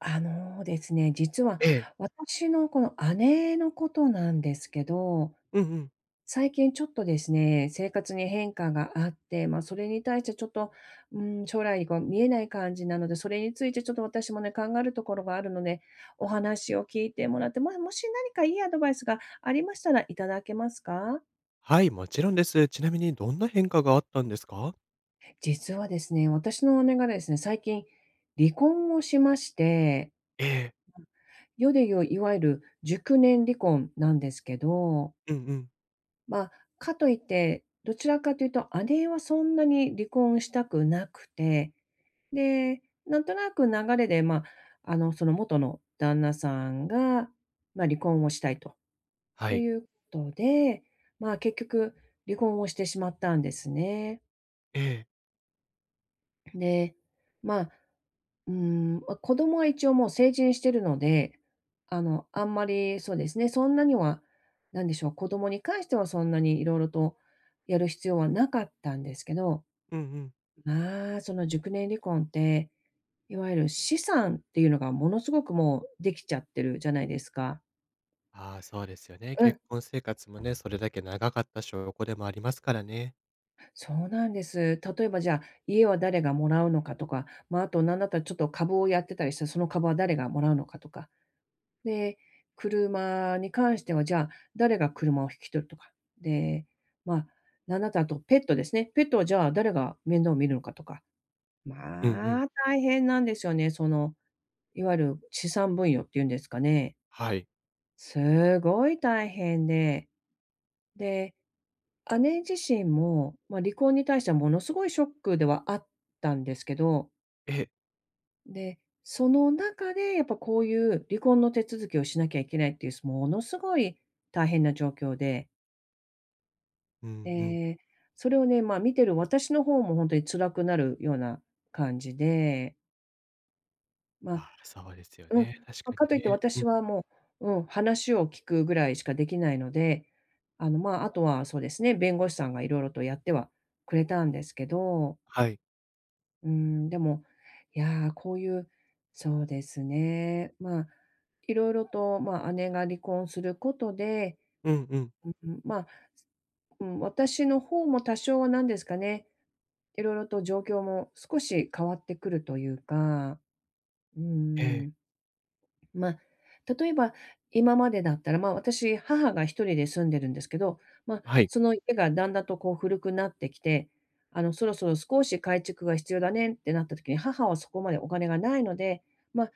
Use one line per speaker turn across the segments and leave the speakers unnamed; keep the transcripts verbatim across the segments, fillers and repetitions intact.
あのですね、実は
ええ。
私のこの姉のことなんですけど、
うんうん。
最近ちょっとですね、生活に変化があって、まあ、それに対してちょっと、うん、将来が見えない感じなので、それについてちょっと私もね、考えるところがあるので、お話を聞いてもらって、まあ、もし何かいいアドバイスがありましたらいただけますか？
はい、もちろんです。ちなみにどんな変化があったんですか？
実はですね、私の姉がですね、最近離婚をしまして、
ええ。
世で言う、いわゆる熟年離婚なんですけど、
うんうん。
ま、あかといって、どちらかというと姉はそんなに離婚したくなくて、で、なんとなく流れで、ま、ああの、その元の旦那さんが、まあ、離婚をしたいとっ
は
て
い。
いうことで、まあ、結局離婚をしてしまったんですね。
ええ。
で、まあ、うーん、ま、子供は一応もう成人してるので、あの、あんまり、そうですね、そんなには、なんでしょう、子供に関してはそんなに色々とやる必要はなかったんですけど、
うんうん。
まあ、その熟年離婚って、いわゆる資産っていうのがものすごくもうできちゃってるじゃないですか。
ああ、そうですよね。
う
結
ん、
婚生活もね、それだけ長かった証拠でもありますからね。
そうなんです。例えばじゃあ、家は誰がもらうのかとか、まあ、あとなんだったらちょっと株をやってたりして、その株は誰がもらうのかとか、で、車に関しては、じゃあ、誰が車を引き取るとか、で、まあ、なんだったら、あとペットですね。ペットはじゃあ、誰が面倒を見るのかとか、
うんうん。
まあ、大変なんですよね。その、いわゆる資産分与っていうんですかね。
はい。
すごい大変で、で、姉自身も、まあ、離婚に対してはものすごいショックではあったんですけど、
ええ。
で、その中でやっぱこういう離婚の手続きをしなきゃいけないっていう、ものすごい大変な状況で、
うんうん。
で、それをね、まあ、見てる私の方もほんとに辛くなるような感じで、ま
あ
あ、
あ、そうですよ
うん、
ね。確
ま、
か
か
に
といって
ね。う
私
ん。
はもう、うん、話を聞くぐらいしかできないので、あの、まあ、あとはそうですね、弁護士さんが色々とやってはくれたんですけど、
はい。
うーん、でも、いやー、こういう、そうですね、まあ、いろいろと、まあ、姉が離婚することで、
うんうん。
うん、まあ、うん、私の方も多少はなんですかね、いろいろと状況も少し変わってくるというか、う
ええ。
ん。ま、あ例えば、今までだったら、ま、あ私、母が一人で住んでるんですけど、ま、あ
はい。
その家がだんだんとこう古くなってきて、あの、そろそろ少し改築が必要だねってなった時に、母はそこまでお金がないので、ま、あ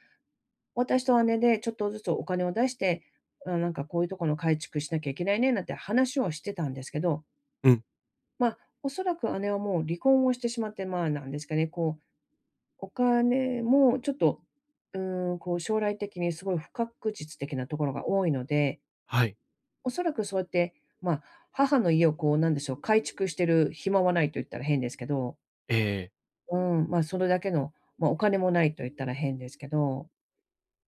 私と姉でちょっとずつお金を出して、あ、なんかこういうところの改築しなきゃいけないねなんて話をしてたんですけど、
うん。
ま、あおそらく姉はもう離婚をしてしまって、まあ、なんですかね、こうお金もちょっと、うーん、こう将来的にすごい不確実的なところが多いので、
はい。
おそらくそうやって、まあ、母の家をこうなんでしょう、改築してる暇はないと言ったら変ですけど、
ええ。
うん、まあ、それだけの、まあ、お金もないと言ったら変ですけど、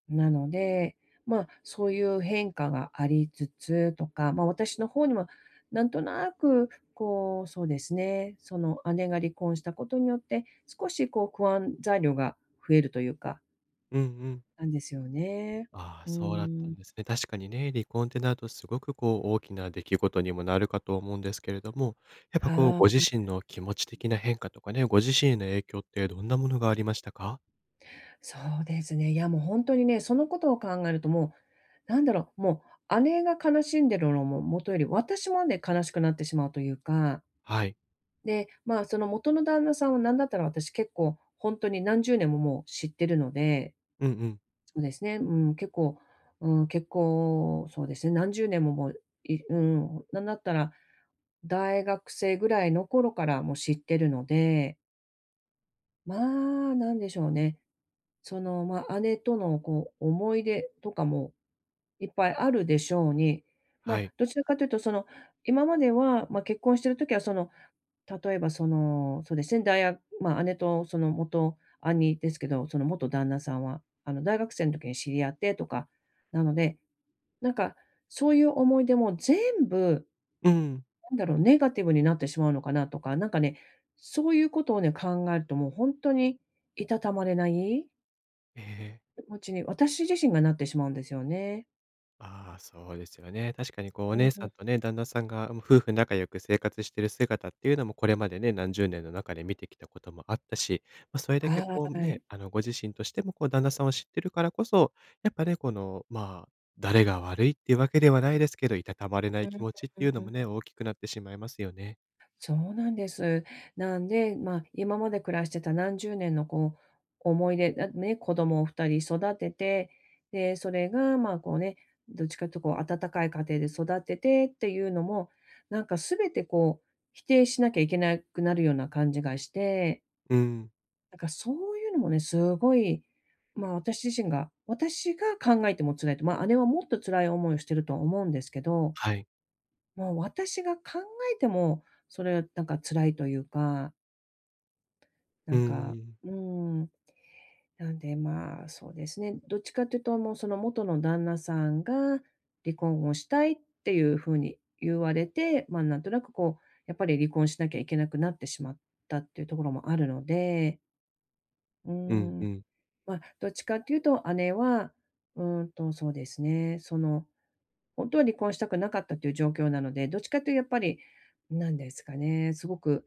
なので、まあ、そういう変化がありつつとか、まあ、私の方にもなんとなくこう、そうですね、その姉が離婚したことによって、少しこう不安材料が増えるというか、
うんうん。
なんですよね。
ああ、
う
そうだった
ーん。
んですね。確かにね、離婚ってなるとすごくこう大きな出来事にもなるかと思うんですけれども、やっぱこう
は
ご自
あ、
身の気持ち的な変化とかね、ご自身への影響ってどんなものがありましたか？
そうですね。いや、もう本当にね、そのことを考えるともう、なんだろう、もう姉が悲しんでるのも元より、私まで悲しくなってしまうというか、
はい。
で、まあ、その元の旦那さんはなんだったら私結構本当に何十年ももう知ってるので、
うんうん。
そうですね、うん、結構、うん、結構そうですね、何十年ももう、いうん、なんだったら大学生ぐらいの頃からもう知ってるので、まあ、なんでしょうね。その、まあ、姉とのこう、思い出とかもいっぱいあるでしょうに、ま、
は
あ
い。
どちらかというと、その、今までは、まあ、結婚してる時は、その、例えば、その、そうですね、大学やまあ、姉とその元兄ですけど、その元旦那さんは、あの、大学生の時に知り合ってとか、なので、なんか、そういう思い出も全部
うん。
なんだろう、ネガティブになってしまうのかなとか、なんかね、そういうことをね、考えるともうほんとにいたたまれない
えええ。
気持ちに、私自身がなってしまうんですよね。
ああ、そうですよね。確かにこう、お
う
姉
ん
さ
う
ん
ん。
とね、旦那さんが、もう夫婦仲良く生活してる姿っていうのも、これまでね、なんじゅうねんの中で見てきたこともあったし、まあ、それだけ
は
こうね、
い。
あの、ご自身としてもこう、旦那さんを知ってるからこそ、やっぱね、この、まあ、誰が悪いっていうわけではないですけど、いたたまれない
う
気
ん
持ちっていうの
う
も
ん。
ね、大きくなってしまいますよね。
そうなんです。なんで、まあ、今まで暮らしてた何十年のこう、思い出、だね、子供をふたり育てて、で、それが、まあ、こうね、どっちかというとこう、温かい家庭で育ててっていうのも、なんか全てこう、否定しなきゃいけなくなるような感じがして、
うん。
なんかそういうのもね、すごい、まあ、私自身が、私が考えても辛いと、まあ、姉はもっと辛い思いをしてると思うんですけど、
はい。
もう私が考えても、それなんか辛いというか、
う
なんか、
ん。
うーん、なんでまあ、そうですね、どっちかというと、もうその元の旦那さんが離婚をしたいっていうふうに言われて、まあ、なんとなくこう、やっぱり離婚しなきゃいけなくなってしまったっていうところもあるので、うー
うんう
ん、
ん。
まあ、どっちかというと姉は、うーんと、そうですね、その本当は離婚したくなかったという状況なので、どっちかというとやっぱり、なんですかね、すごく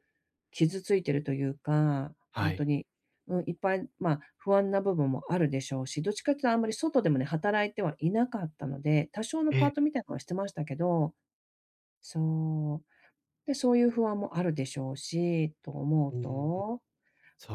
傷ついてるというか、
は
本当
い。
に、うん、いっぱい、まあ、不安な部分もあるでしょうし、どっちかっていうとあんまり外でもね、働いてはいなかったので、多少の
え
パー
え。
トみたいなのはしてましたけど、そう。で、そういう不安もあるでしょうし、と思う
うんうん。
と、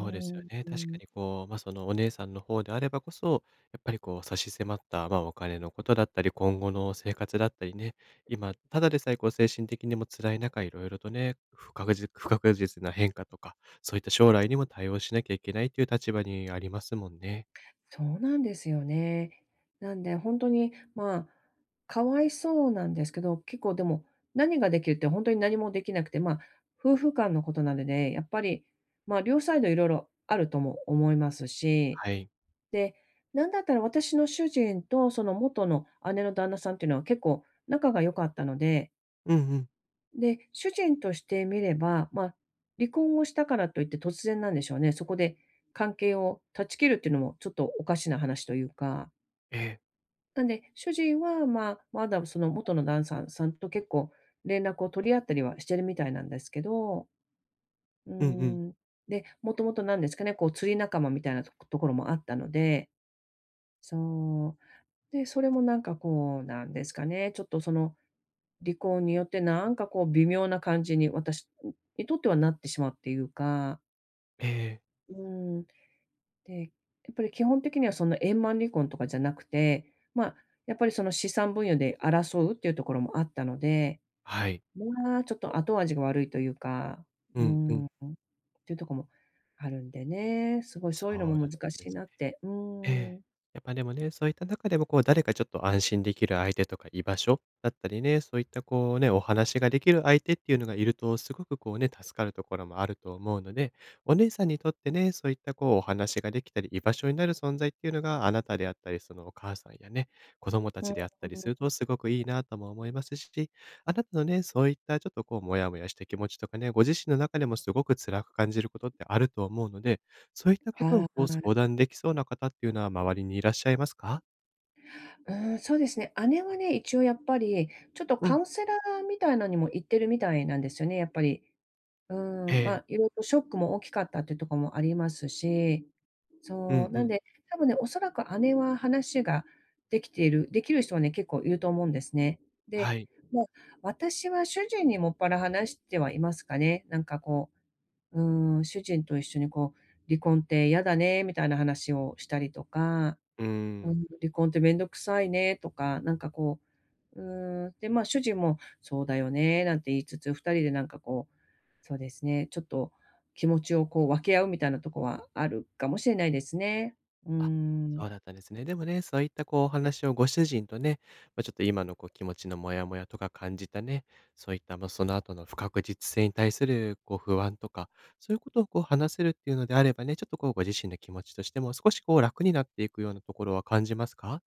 う
うです
ん。
よね。
う
確か
ん、
にこう、ま、そのお姉さんの方であればこそ、やっぱりこう差し迫った、ま、お金のことだったり、今後の生活だったりね、今、ただでさえこう精神的にも辛い中、いろいろとね、不確実不確実な変化とか、そういった将来にも対応しなきゃいけないという立場にありますもんね。
そうなんですよね。なんで、本当に、まあ、かわいそうなんですけど、結構でも、何ができるって本当に何もできなくて、まあ、夫婦間のことなので、やっぱり、まあ、両サイドいろいろあるとも思いますし、
はい。
で、なんだったら私の主人とその元の姉の旦那さんっていうのは結構仲が良かったので、
うんうん。
で、主人としてみれば、まあ、離婚をしたからといって突然なんでしょうね、そこで関係を断ち切るっていうのもちょっとおかしな話というか。
ええ。
なんで、主人は、まあ、まだその元のダンサーさんと結構連絡を取り合ったりはしてるみたいなんですけど、う
うんうん。
ーん、で、もともとなんですかね、こう釣り仲間みたいなとところもあったので、そう。で、それもなんかこう、なんですかね、ちょっとその離婚によってなんかこう微妙な感じに私にとってはなってしまうっていうか、
ええ。
うん。で、やっぱり基本的にはその円満離婚とかじゃなくて、まあ、やっぱりその資産分与で争うっていうところもあったので、
はい。
まあ、ちょっと後味が悪いというか、う
う
ー
んうん。
ん、っていうとこもあるんでね、すごい
そ
そういうの
うだ
も
っ
難
たん
し
で
い
す。
なって。う
え
ー
え。
ん。
やっぱでもね、そういった中でもこう誰かちょっと安心できる相手とか居場所だったりね、そういったこうね、お話ができる相手っていうのがいるとすごくこうね、助かるところもあると思うので、お姉さんにとってね、そういったこうお話ができたり居場所になる存在っていうのがあなたであったり、そのお母さんやね、子供た
うん
ちであったりする
う
と
ん。
すごくいいなとも思いますし、あなたのね、そういったちょっとこうモヤモヤした気持ちとかね、ご自身の中でもすごく辛く感じることってあると思うので、そういったことを
は
こう
い。
相談できそうな方っていうのは周りにいらっしゃいますか？
うん、そうですね。姉はね、一応やっぱり、ちょっと
う
カ
ん。
ウンセラーみたいなのにも行ってるみたいなんですよね、やっぱり。う
え
ん、ま
え。
あ、いろいろショックも大きかったっていうとこもありますし、
う
そ
ん
う、
う
なん
ん。
で、多分ね、おそらく姉は話ができているできる人はね、結構いると思うんですね。で、
はい。
まあ、私は主人にもっぱら話してはいますかね。なんかこう、うん、主人と一緒にこう「離婚って嫌だね」みたいな話をしたりとか、
うー
う
ん。
ん「離婚ってめんどくさいね」とか、なんかこう、うん、で、ま、あ主人も「そうだよね」なんて言いつつ、ふたりでなんかこう、そうですね。ちょっと気持ちをこう分け合うみたいなとこはあるかもしれないですね。うー
あ、
ん。
そうだったんですね。でもね、そういったこうお話をご主人とね、まあ、ちょっと今のこう気持ちのモヤモヤとか感じたね、そういった、ま、その後の不確実性に対するこう不安とか、そういうことをこう話せるっていうのであればね、ちょっとこうご自身の気持ちとしても少しこう楽になっていくようなところは感じますか？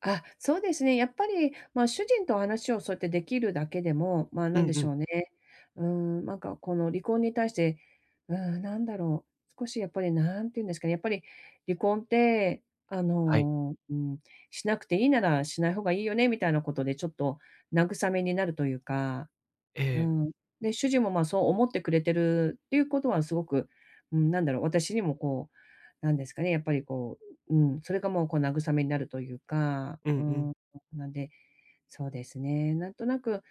あ、そうですね。やっぱり、まあ、主人と話をそうやってできるだけでも、ま、あ
う
なん
ん
で
う
し
ん。
ょうね。うーん、なんかこの離婚に対して、うーん、なんだろう、少しやっぱりなんて言うんですかね、やっぱり離婚って、あ
はい。
のー、うん、しなくていいならしない方がいいよねみたいなことでちょっと慰めになるというか、
え
う
え。
ん。で、主人も、ま、そう思ってくれてるっていうことはすごく、うん、なんだろう、私にもこう、なんですかね、やっぱりこう、うん、それがもうこう慰めになるというか、
うんう
う
ん。
ん、なんで、そうですね、なんとなく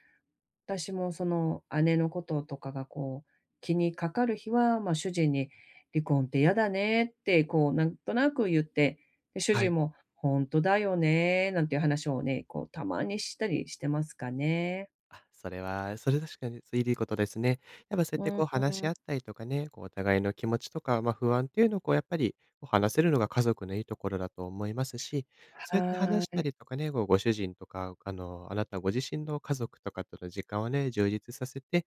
私もその姉のこととかがこう、気にかかる日は、ま、主人に「離婚って嫌だね」ってこうなんとなく言って、で、主
は
人
い。
も「本当だよね」なんていう話をね、こうたまにしたりしてますかね。
あ、それは、それ確かにそいいことですね。やっぱそうやっ
う
て
ん。
こう話し合ったりとかね、こうお互いの気持ちとか、まあ、不安っていうのをこうやっぱり、こう話せるのが家族のいいところだと思いますし、そうやって
は
話し
ー
た
い。
りとかね、こうご主人とか、あの、あなたご自身の家族とかとの時間をね、充実させて、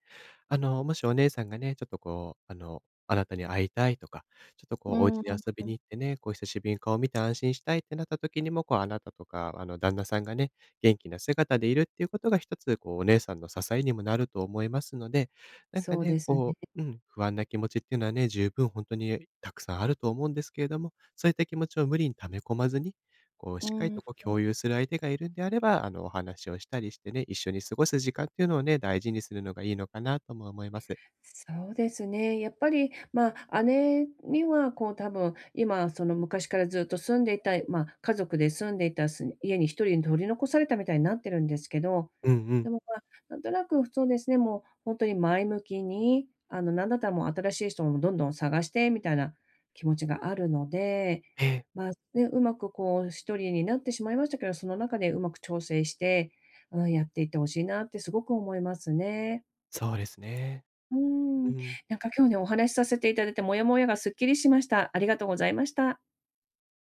あの、もしお姉さんがね、ちょっとこう、あの、あなたに会いたいとか、ちょっとこ
う
うお家
ん、
に遊びに行ってね、こう久しぶりに顔を見て安心したいってなった時にも、こうあなたとか、あの旦那さんがね、元気な姿でいるっていうことがひとつ、こう、お姉さんの支えにもなると思いますので、なんか
そう
ね、
ですね。
こう、うん、不安な気持ちっていうのはね、十分本当にたくさんあると思うんですけれども、そういった気持ちを無理に溜め込まずに、こう、し
う
っかりと
ん、
こう共有する相手がいるんであれば、あの、お話をしたりしてね、一緒に過ごす時間っていうのをね、大事にするのがいいのかなとも思います。
そうですね。やっぱり、まあ、姉にはこう多分、今その昔からずっと住んでいた、まあ、家族で住んでいたす家に一人取り残されたみたいになってるんですけど、
うんう
で
ん。
も、まあ、なんとなくそうですね、もうほんとに前向きに、あの、なんだったらもう新しい人もどんどん探してみたいな気持ちがあるので、
ええ、
まあ、ね、うまくこうひとりになってしまいましたけど、その中でうまく調整して、うん、やっていって欲しいなってすごく思いますね。
そうですね。
うー
う
ん、
ん。
なんか今日ね、お話しさせていただいて、モヤモヤがすっきりしました。ありがとうございました。